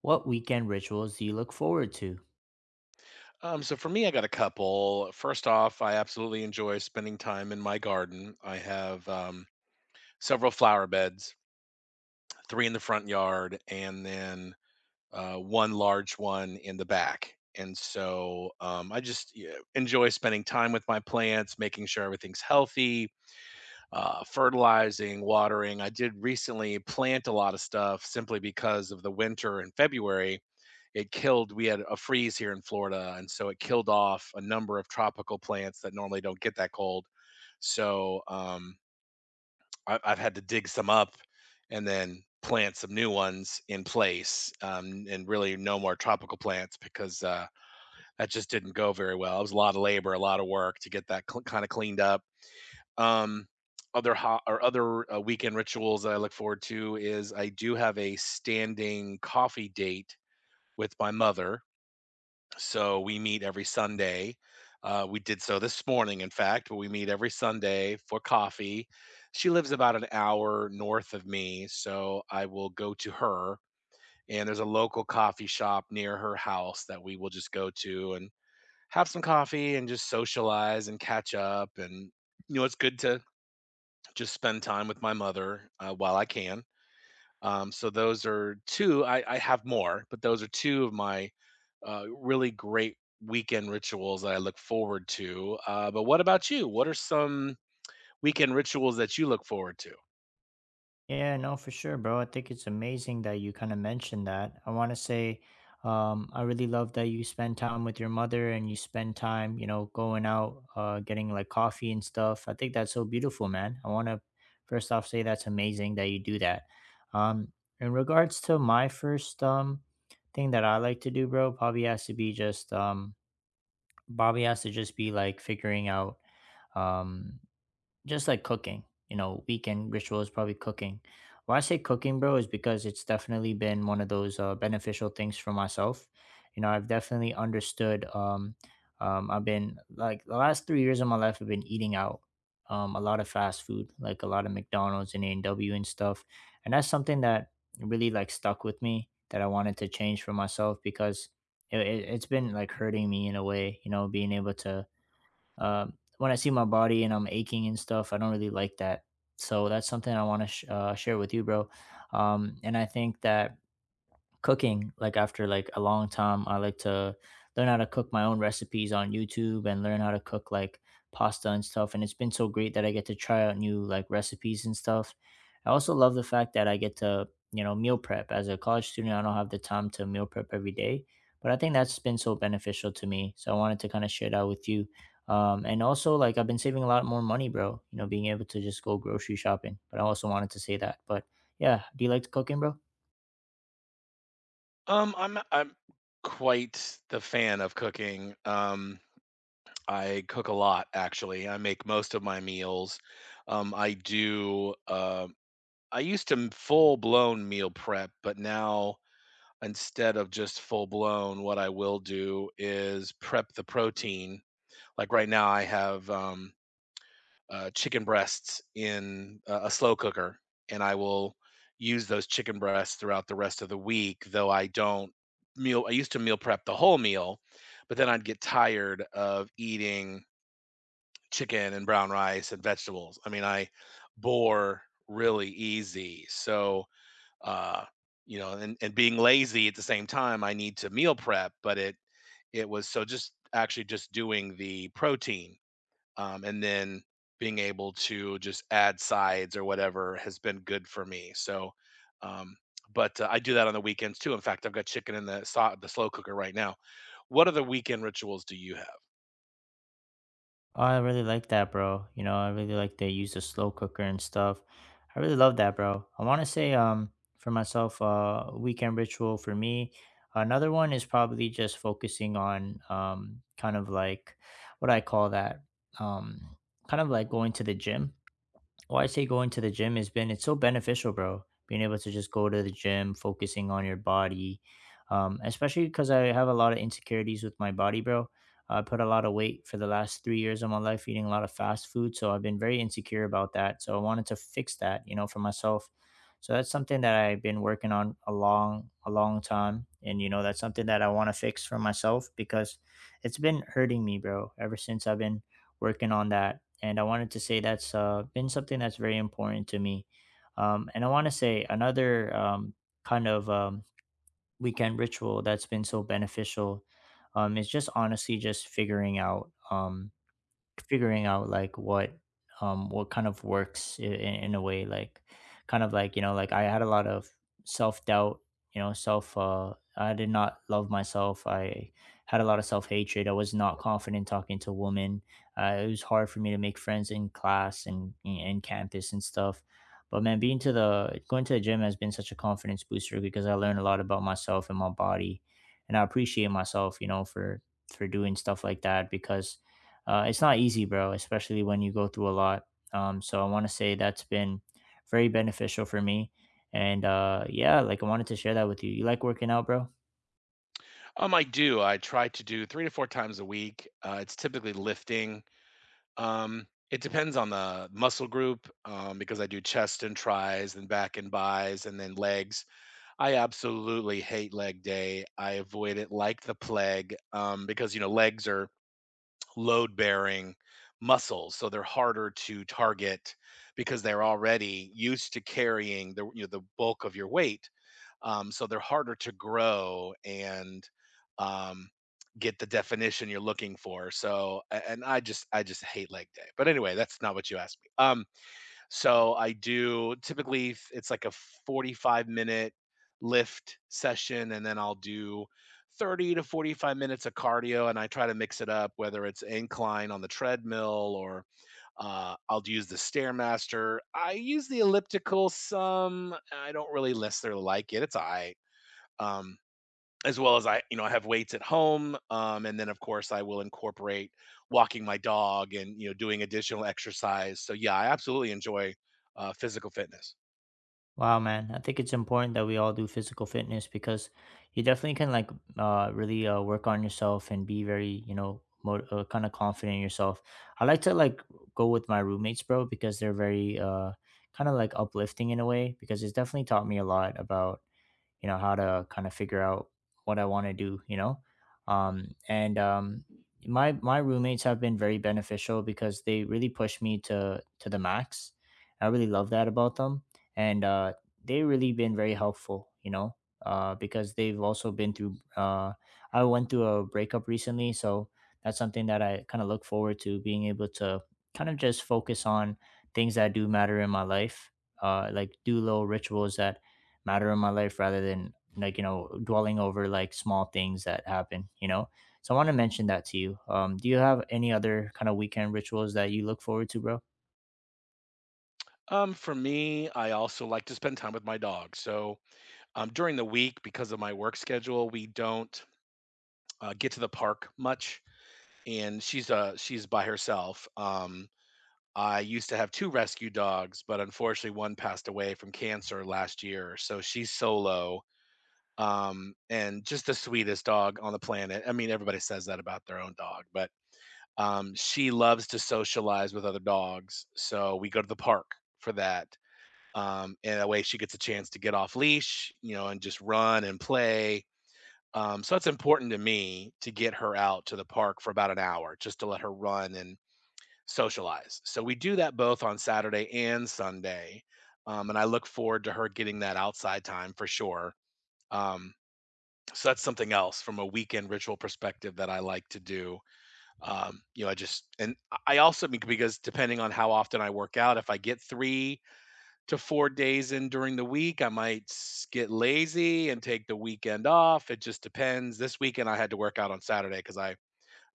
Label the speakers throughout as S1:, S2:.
S1: What weekend rituals do you look forward to?
S2: So for me, I got a couple. First off, I absolutely enjoy spending time in my garden. I have several flower beds, three in the front yard, and then one large one in the back. And so I enjoy spending time with my plants, making sure everything's healthy, fertilizing, watering. I did recently plant a lot of stuff simply because of the winter in February. It killed We had a freeze here in Florida, and so it killed off a number of tropical plants that normally don't get that cold. So I've had to dig some up and then plant some new ones in place, and really no more tropical plants because that just didn't go very well. It was a lot of labor, a lot of work to get that kind of cleaned up. Um, other ho- or other weekend rituals that I look forward to is I do have a standing coffee date with my mother, so we meet every Sunday. We did so this morning, in fact, but we meet every Sunday for coffee. She lives about an hour north of me, so I will go to her. And there's a local coffee shop near her house that we will just go to and have some coffee and just socialize and catch up. And it's good to just spend time with my mother while I can. So those are two. I have more, but those are two of my really great weekend rituals that I look forward to. But what about you? What are some weekend rituals that you look forward to?
S1: Yeah, no, for sure, bro. I think it's amazing that you kind of mentioned that. I want to say, I really love that you spend time with your mother and you spend time, you know, going out, getting like coffee and stuff. I think that's so beautiful, man. I want to first off say that's amazing that you do that. Um, in regards to my first thing that I like to do, bro, probably has to be just Bobby has to just be like figuring out. um just like cooking, you know, weekend ritual is probably cooking. Why I say cooking, bro, is because it's definitely been one of those beneficial things for myself. You know, I've definitely understood. I've been like the last 3 years of my life, I've been eating out a lot of fast food, like a lot of McDonald's and A and W and stuff, and that's something that really like stuck with me that I wanted to change for myself because it's been like hurting me in a way. You know, being able to when I see my body and I'm aching and stuff, I don't really like that. So that's something I want to share with you, bro. And I think that cooking like after like a long time I like to learn how to cook my own recipes on YouTube and learn how to cook like pasta and stuff, and it's been so great that I get to try out new like recipes and stuff. I also love the fact that I get to, you know, meal prep. As a college student, I don't have the time to meal prep every day, but I think that's been so beneficial to me, so I wanted to kind of share that with you. And also like I've been saving a lot more money, bro, you know, being able to just go grocery shopping. But I also wanted to say that. But yeah, do you like cooking, bro?
S2: I'm quite the fan of cooking. I cook a lot actually. I make most of my meals. I do. I used to full blown meal prep, but now instead of just full blown, what I will do is prep the protein. Like right now, I have chicken breasts in a slow cooker, and I will use those chicken breasts throughout the rest of the week. Though I don't meal, I used to meal prep the whole meal, but then I'd get tired of eating chicken and brown rice and vegetables. I mean, I bore really easy. So uh you know, and being lazy at the same time, I need to meal prep, but it was so, just actually just doing the protein, and then being able to just add sides or whatever has been good for me. So um but uh, I do that on the weekends too. In fact, I've got chicken in the the slow cooker right now. What other weekend rituals do you have?
S1: Oh, I really like that, bro. You know, I really like they use the slow cooker and stuff. I really love that, bro. I want to say, for myself, weekend ritual for me. Another one is probably just focusing on, kind of like what I call that, um, kind of like going to the gym. Why I say going to the gym has been, it's so beneficial, bro. Being able to just go to the gym, focusing on your body, especially because I have a lot of insecurities with my body, bro. I put a lot of weight for the last 3 years of my life eating a lot of fast food, so I've been very insecure about that. So I wanted to fix that, you know, for myself. So that's something that I've been working on a long time, and you know, that's something that I want to fix for myself because it's been hurting me, bro, ever since I've been working on that. And I wanted to say that's been something that's very important to me. And I want to say another kind of weekend ritual that's been so beneficial is just honestly just figuring out. Figuring out like what kind of works in a way, like kind of like, you know, like I had a lot of self-doubt, you know, self, I did not love myself. I had a lot of self-hatred. I was not confident talking to women. It was hard for me to make friends in class and in campus and stuff. But man, being to the going to the gym has been such a confidence booster because I learned a lot about myself and my body, and I appreciate myself, you know, for doing stuff like that because it's not easy, bro, especially when you go through a lot. So I want to say that's been very beneficial for me. And yeah, like I wanted to share that with you. You like working out, bro?
S2: I try to do three to four times a week. It's typically lifting. It depends on the muscle group, because I do chest and tries and back and buys and then legs. I absolutely hate leg day. I avoid it like the plague, because, you know, legs are load-bearing muscles, so they're harder to target because they're already used to carrying the, you know, the bulk of your weight, so they're harder to grow and um, get the definition you're looking for. So, a- and I just hate leg day. But anyway, that's not what you asked me. So I do typically it's like a 45-minute lift session, and then I'll do 30 to 45 minutes of cardio, and I try to mix it up, whether it's incline on the treadmill or I'll use the Stairmaster. I use the elliptical some. I don't really necessarily like it. It's all right, um, as well as I, you know, I have weights at home, and then of course I will incorporate walking my dog and you know doing additional exercise. So yeah, I absolutely enjoy physical fitness.
S1: Wow, man. I think it's important that we all do physical fitness because you definitely can like really work on yourself and be very, you know, kind of confident in yourself. I like to like go with my roommates, bro, because they're very kind of like uplifting in a way because it's definitely taught me a lot about, you know, how to kind of figure out what I want to do, you know. And My my roommates have been very beneficial because they really push me to the max. I really love that about them. And they really been very helpful, you know, because they've also been through, I went through a breakup recently, so that's something that I kind of look forward to, being able to kind of just focus on things that do matter in my life, like do little rituals that matter in my life rather than, like, you know, dwelling over like small things that happen, you know. So I want to mention that to you. Do you have any other kind of weekend rituals that you look forward to, bro?
S2: For me, I also like to spend time with my dog. So during the week, because of my work schedule, we don't get to the park much, and she's by herself. I used to have two rescue dogs, but unfortunately, one passed away from cancer last year, so she's solo, and just the sweetest dog on the planet. I mean, everybody says that about their own dog, but she loves to socialize with other dogs. So we go to the park for that. And that way she gets a chance to get off leash, you know, and just run and play. So it's important to me to get her out to the park for about an hour just to let her run and socialize. So we do that both on Saturday and Sunday. And I look forward to her getting that outside time for sure. Um, so that's something else from a weekend ritual perspective that I like to do. You know, I just and I also because depending on how often I work out, if I get 3 to 4 days in during the week, I might get lazy and take the weekend off. It just depends. This weekend I had to work out on Saturday because I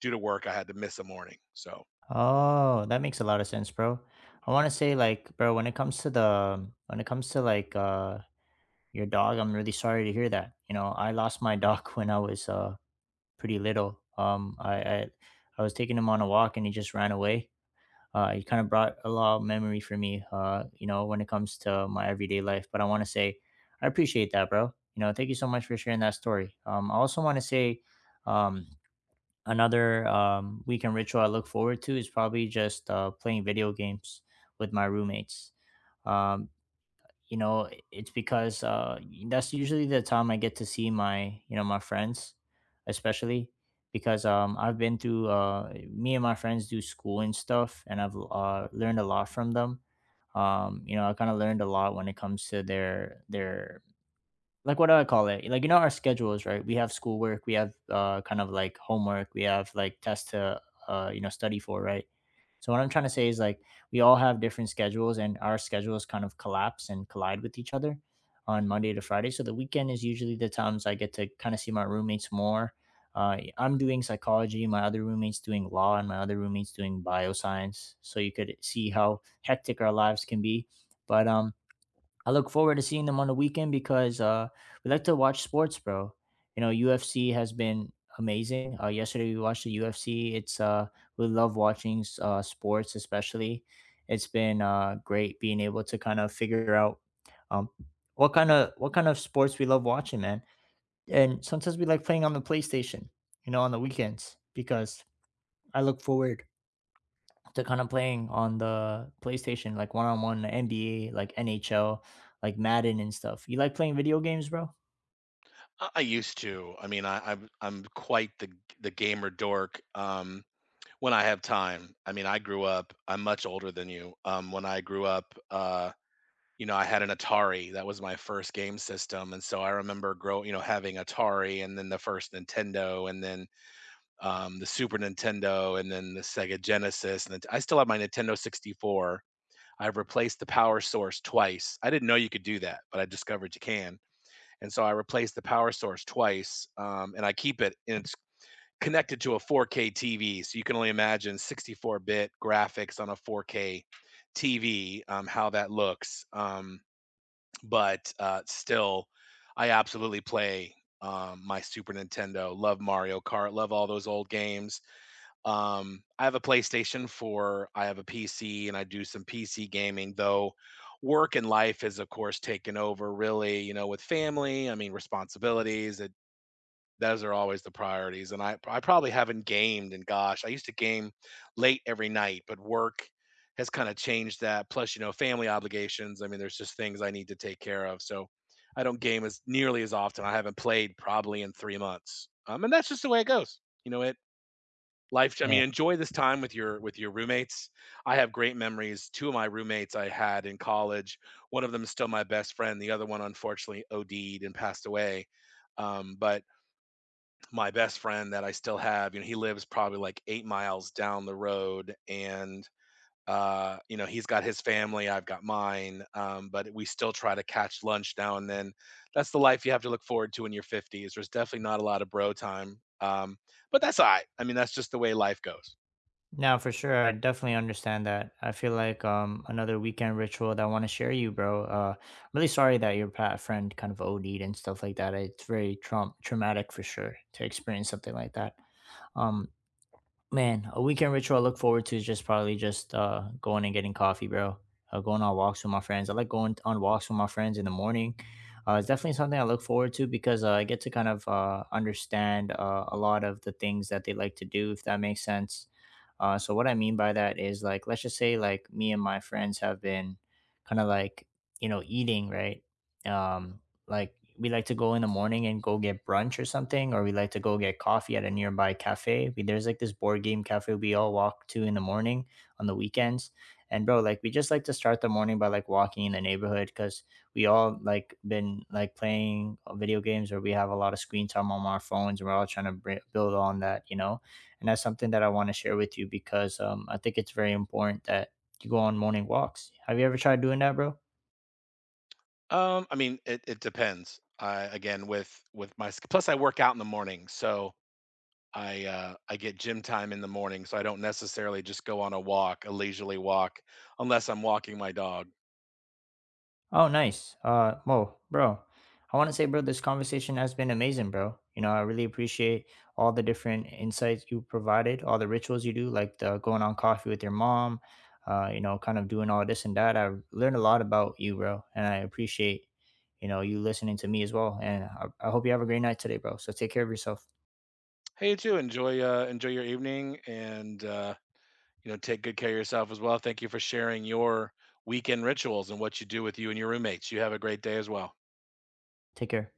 S2: due to work I had to miss a morning. So
S1: Oh, that makes a lot of sense, bro. I want to say like, bro, when it comes to like your dog, I'm really sorry to hear that. You know, I lost my dog when I was pretty little. I was taking him on a walk and he just ran away. It kind of brought a lot of memory for me, you know, when it comes to my everyday life. But I want to say I appreciate that, bro. You know, thank you so much for sharing that story. I also want to say um, another weekend ritual I look forward to is probably just playing video games with my roommates. Um, you know, it's because that's usually the time I get to see my, you know, my friends, especially because I've been through, me and my friends do school and stuff, and I've learned a lot from them. You know, I kind of learned a lot when it comes to their like what do I call it, like, you know, our schedules, right? We have schoolwork, we have kind of like homework, we have like tests to you know, study for, right? So what I'm trying to say is like, we all have different schedules and our schedules kind of collapse and collide with each other on Monday to Friday. So the weekend is usually the times I get to kind of see my roommates more. I'm doing psychology, my other roommate's doing law, and my other roommate's doing bioscience. So you could see how hectic our lives can be. But I look forward to seeing them on the weekend because we like to watch sports, bro. You know, UFC has been amazing. Yesterday we watched the UFC. It's we love watching sports, especially. It's been great being able to kind of figure out um, what kind of sports we love watching, man. And sometimes we like playing on the PlayStation, you know, on the weekends because I look forward to kind of playing on the PlayStation, like one on one NBA, like NHL, like Madden and stuff. You like playing video games, bro?
S2: I used to. I mean, I'm quite the gamer dork. When I have time. I mean, I grew up. I'm much older than you. When I grew up, you know, I had an Atari. That was my first game system, and so I remember grow you know, having Atari and then the first Nintendo and then, the Super Nintendo and then the Sega Genesis, and then I still have my Nintendo 64. I've replaced the power source twice. I didn't know you could do that, but I discovered you can, and so I replaced the power source twice, and I keep it, and it's connected to a 4K TV, so you can only imagine 64 bit graphics on a 4K TV, how that looks, but still, I absolutely play my Super Nintendo. Love Mario Kart. Love all those old games. I have a PlayStation 4. I have a PC, and I do some PC gaming. Though work and life is, of course, taken over. Really, you know, with family. I mean, responsibilities. It Those are always the priorities. And I probably haven't gamed, and gosh, I used to game late every night, but work has kind of changed that. Plus, you know, family obligations. I mean, there's just things I need to take care of. So I don't game as nearly as often. I haven't played probably in 3 months. And that's just the way it goes. You know, it life. I
S1: Yeah.
S2: mean, enjoy this time with your roommates. I have great memories. Two of my roommates I had in college. One of them is still my best friend. The other one, unfortunately, OD'd and passed away. But my best friend that I still have, you know, he lives probably like 8 miles down the road, and you know, he's got his family, I've got mine, but we still try to catch lunch now and then. That's the life you have to look forward to in your 50s. There's definitely not a lot of bro time. But that's all right. I mean, that's just the way life goes.
S1: No, for sure. I definitely understand that. I feel like another weekend ritual that I want to share you, bro. I'm really sorry that your pat friend kind of OD'd and stuff like that. It's very traumatic for sure to experience something like that. Um, Man, a weekend ritual I look forward to is just probably just going and getting coffee, bro. Going on walks with my friends. I like going on walks with my friends in the morning. It's definitely something I look forward to because I get to kind of understand a lot of the things that they like to do, if that makes sense. So what I mean by that is like, let's just say like me and my friends have been kind of like, you know, eating right, um, like we like to go in the morning and go get brunch or something, or we like to go get coffee at a nearby cafe. We, there's like this board game cafe we all walk to in the morning on the weekends. And bro, like, we just like to start the morning by like walking in the neighborhood because we all like been like playing video games or we have a lot of screen time on our phones and we're all trying to build on that, you know. And that's something that I want to share with you because I think it's very important that you go on morning walks. Have you ever tried doing that, bro?
S2: I mean, it depends. Again, with my plus, I work out in the morning, so I get gym time in the morning, so I don't necessarily just go on a walk, a leisurely walk, unless I'm walking my dog.
S1: Oh, nice. Well, bro, I want to say, bro, this conversation has been amazing, bro. You know, I really appreciate all the different insights you provided, all the rituals you do, like the going on coffee with your mom, you know, kind of doing all this and that. I learned a lot about you, bro, and I appreciate, you know, you listening to me as well. And I hope you have a great night today, bro. So take care of yourself.
S2: Hey, you too. Enjoy enjoy your evening, and you know, take good care of yourself as well. Thank you for sharing your weekend rituals and what you do with you and your roommates. You have a great day as well.
S1: Take care.